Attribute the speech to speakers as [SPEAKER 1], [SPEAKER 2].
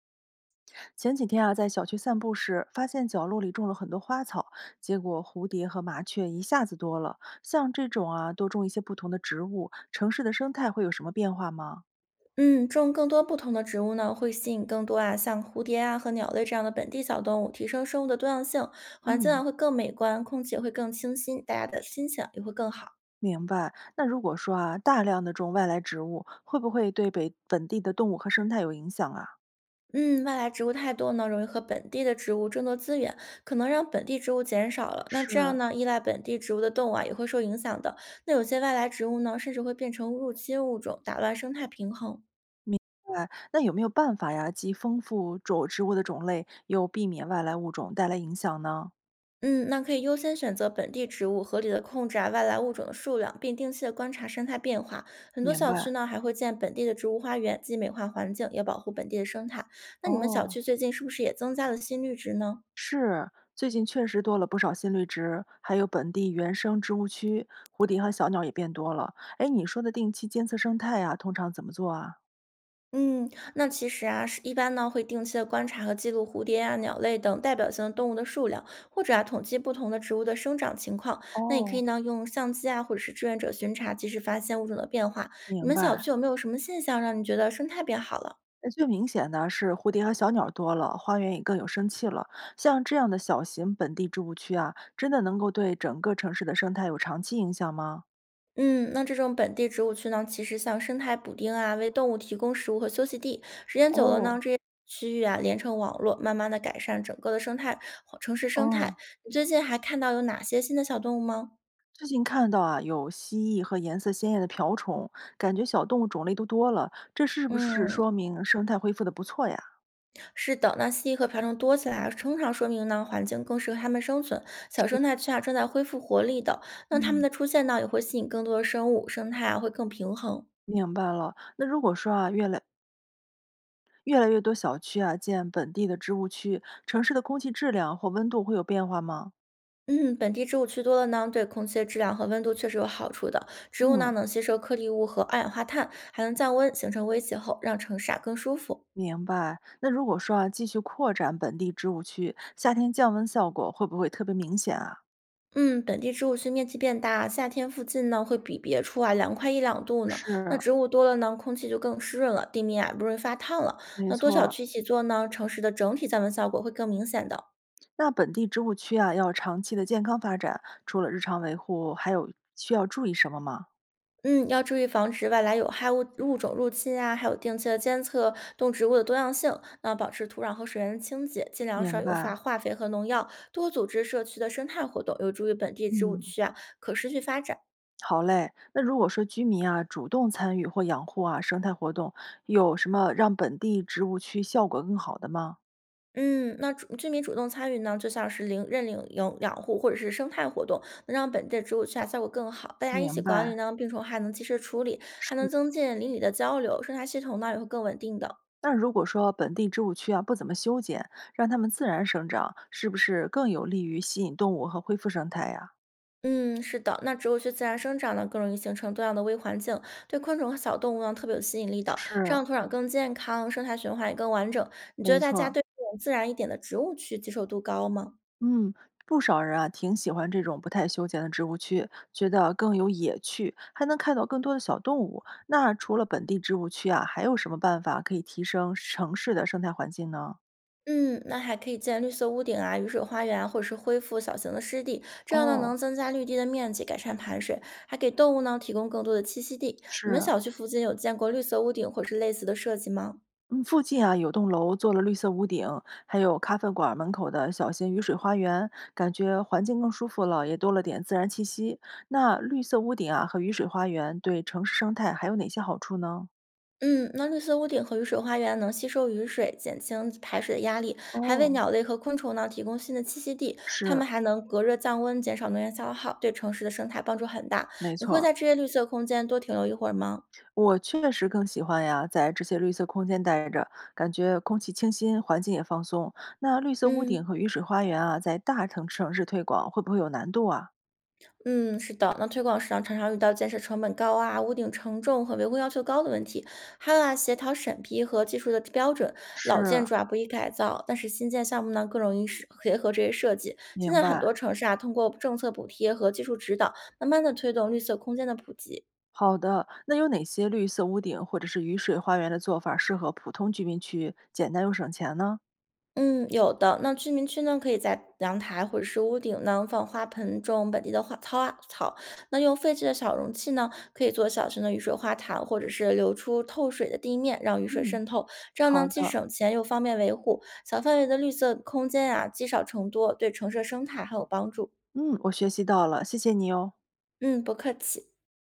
[SPEAKER 1] 前几天啊，在小区散步时，发现角落里种了很多花草，结果蝴蝶和麻雀一下子多了。像这种啊，多种一些不同的植物，城市的生态会有什么变化吗？
[SPEAKER 2] 嗯，种更多不同的植物呢，会吸引更多啊，像蝴蝶啊和鸟类这样的本地小动物，提升生物的多样性，环境
[SPEAKER 1] 嗯，
[SPEAKER 2] 啊会更美观，空气也会更清新，大家的心情也会更好。
[SPEAKER 1] 明白。那如果说啊，大量的种外来植物，会不会对北本地的动物和生态有影响啊？
[SPEAKER 2] 嗯，外来植物太多呢，容易和本地的植物争夺资源，可能让本地植物减少了。那这
[SPEAKER 1] 是，
[SPEAKER 2] 样呢，依赖本地植物的动物啊也会受影响的。那有些外来植物呢，甚至会变成入侵物种，打乱生态平衡。
[SPEAKER 1] 哎，那有没有办法呀，既丰富种植物的种类，又避免外来物种带来影响呢？
[SPEAKER 2] 嗯，那可以优先选择本地植物，合理的控制啊外来物种的数量，并定期的观察生态变化。很多
[SPEAKER 1] 明
[SPEAKER 2] 小区
[SPEAKER 1] 白。
[SPEAKER 2] 呢还会建本地的植物花园，既美化环境，也保护本地的生态。那你们小
[SPEAKER 1] 哦，
[SPEAKER 2] 区最近是不是也增加了新绿植呢？
[SPEAKER 1] 是，最近确实多了不少新绿植，还有本地原生植物区，蝴蝶和小鸟也变多了。哎，你说的定期监测生态呀，通常怎么做啊？
[SPEAKER 2] 嗯，那其实啊，是一般呢会定期的观察和记录蝴蝶啊、鸟类等代表性的动物的数量，或者啊统计不同的植物的生长情况。那也可以
[SPEAKER 1] 哦，
[SPEAKER 2] 呢用相机啊，或者是志愿者巡查，及时发现物种的变化。你
[SPEAKER 1] 明
[SPEAKER 2] 们小
[SPEAKER 1] 白。
[SPEAKER 2] 区有没有什么现象让你觉得生态变好了？
[SPEAKER 1] 那最明显的是蝴蝶和小鸟多了，花园也更有生气了。像这样的小型本地植物区啊，真的能够对整个城市的生态有长期影响吗？
[SPEAKER 2] 嗯，那这种本地植物区呢，其实像生态补丁啊，为动物提供食物和休息地。时间久了呢，
[SPEAKER 1] 哦，
[SPEAKER 2] 这些区域啊连成网络，慢慢的改善整个的生态城市生
[SPEAKER 1] 哦。
[SPEAKER 2] 态。你最近还看到有哪些新的小动物吗？
[SPEAKER 1] 最近看到啊，有蜥蜴和颜色鲜艳的瓢虫，感觉小动物种类都多了，这是不是
[SPEAKER 2] 嗯，
[SPEAKER 1] 说明生态恢复的不错呀？
[SPEAKER 2] 是的，那蜥蜴和瓢虫多起来啊，通常说明呢环境更适合它们生存。小生态区啊正在恢复活力的，那它们
[SPEAKER 1] 嗯，
[SPEAKER 2] 的出现呢也会吸引更多的生物，生态啊会更平衡。
[SPEAKER 1] 明白了。那如果说啊，越来越多小区啊建本地的植物区，城市的空气质量或温度会有变化吗？
[SPEAKER 2] 嗯，本地植物区多了呢，对空气的质量和温度确实有好处的。植物呢
[SPEAKER 1] 嗯，
[SPEAKER 2] 能吸收颗粒物和二氧化碳，还能降温，形成微气候，让城市啊更舒服。
[SPEAKER 1] 明白。那如果说啊，继续扩展本地植物区，夏天降温效果会不会特别明显啊？
[SPEAKER 2] 嗯，本地植物区面积变大，夏天附近呢会比别处啊凉快一两度呢。那
[SPEAKER 1] 是，
[SPEAKER 2] 植物多了呢，空气就更湿润了，地面啊不容易发烫了。
[SPEAKER 1] 没
[SPEAKER 2] 那多
[SPEAKER 1] 错
[SPEAKER 2] 小
[SPEAKER 1] 儿。
[SPEAKER 2] 区一起做呢，城市的整体降温效果会更明显的。
[SPEAKER 1] 那本地植物区啊，要长期的健康发展，除了日常维护，还有需要注意什么吗？
[SPEAKER 2] 嗯，要注意防止外来有害物种入侵啊，还有定期的监测动植物的多样性。那保持土壤和水源的清洁，尽量
[SPEAKER 1] 明
[SPEAKER 2] 少用化
[SPEAKER 1] 白，
[SPEAKER 2] 化肥和农药，多组织社区的生态活动，有助于本地植物
[SPEAKER 1] 嗯，
[SPEAKER 2] 区啊可持续发展。
[SPEAKER 1] 好嘞。那如果说居民啊主动参与或养护啊生态活动，有什么让本地植物区效果更好的吗？
[SPEAKER 2] 嗯，那居民主动参与呢，就像是认领养护或者是生态活动，能让本地的植物区啊效果更好。大家一起
[SPEAKER 1] 明
[SPEAKER 2] 管
[SPEAKER 1] 白，
[SPEAKER 2] 理呢，病虫害能及时处理，还
[SPEAKER 1] 是。
[SPEAKER 2] 能增进邻里的交流，生态系统呢也会更稳定的。
[SPEAKER 1] 那如果说本地植物区啊不怎么修剪，让它们自然生长，是不是更有利于吸引动物和恢复生态呀？
[SPEAKER 2] 嗯，是的，那植物区自然生长呢，更容易形成多样的微环境，对昆虫和小动物呢特别有吸引力的，这
[SPEAKER 1] 是，
[SPEAKER 2] 样土壤更健康，生态循环也更完整。你觉
[SPEAKER 1] 没
[SPEAKER 2] 得大家
[SPEAKER 1] 错
[SPEAKER 2] 对这种自然一点的植物区接受度高吗？
[SPEAKER 1] 嗯，不少人啊挺喜欢这种不太修剪的植物区，觉得更有野趣，还能看到更多的小动物。那除了本地植物区啊，还有什么办法可以提升城市的生态环境呢？
[SPEAKER 2] 嗯，那还可以建绿色屋顶啊、雨水花园啊或者是恢复小型的湿地，这样呢
[SPEAKER 1] 哦，
[SPEAKER 2] 能增加绿地的面积，改善排水，还给动物呢提供更多的栖息地。你们
[SPEAKER 1] 是，
[SPEAKER 2] 小区附近有见过绿色屋顶或是类似的设计吗？
[SPEAKER 1] 嗯，附近啊有栋楼做了绿色屋顶，还有咖啡馆门口的小型雨水花园，感觉环境更舒服了，也多了点自然气息。那绿色屋顶啊和雨水花园对城市生态还有哪些好处呢？
[SPEAKER 2] 嗯，那绿色屋顶和雨水花园能吸收雨水，减轻排水的压力，还为
[SPEAKER 1] 哦，
[SPEAKER 2] 鸟类和昆虫呢提供新的栖息地。它
[SPEAKER 1] 是，
[SPEAKER 2] 们还能隔热降温，减少能源消耗，对城市的生态帮助很大。
[SPEAKER 1] 没
[SPEAKER 2] 你
[SPEAKER 1] 错
[SPEAKER 2] 会
[SPEAKER 1] 儿。
[SPEAKER 2] 在这些绿色空间多停留一会儿吗？
[SPEAKER 1] 我确实更喜欢呀，在这些绿色空间待着，感觉空气清新，环境也放松。那绿色屋顶
[SPEAKER 2] 嗯。
[SPEAKER 1] 和雨水花园啊，在大城市推广会不会有难度啊？
[SPEAKER 2] 嗯，是的，那推广时啊，常常遇到建设成本高啊、屋顶承重和维护要求高的问题，还有啊，协调审批和技术的标准。老
[SPEAKER 1] 是，
[SPEAKER 2] 建筑啊不易改造，但是新建项目呢更容易是结合这些设计。现
[SPEAKER 1] 明
[SPEAKER 2] 在很
[SPEAKER 1] 白。
[SPEAKER 2] 多城市啊，通过政策补贴和技术指导，慢慢的推动绿色空间的普及。
[SPEAKER 1] 好的，那有哪些绿色屋顶或者是雨水花园的做法适合普通居民区，简单又省钱呢？
[SPEAKER 2] 嗯，有的。那居民区呢，可以在阳台或者是屋顶呢放花盆，种本地的花草。那用废弃的小容器呢，可以做小型的雨水花坛，或者是留出透水的地面，让雨水
[SPEAKER 1] 嗯，
[SPEAKER 2] 渗透。这样
[SPEAKER 1] 好
[SPEAKER 2] 呢，既
[SPEAKER 1] 的，
[SPEAKER 2] 省钱又方便维护。小范围的绿色空间啊，积少成多，对城市生态很有帮助。
[SPEAKER 1] 嗯，我学习到了，谢谢你哦。
[SPEAKER 2] 嗯，不客气。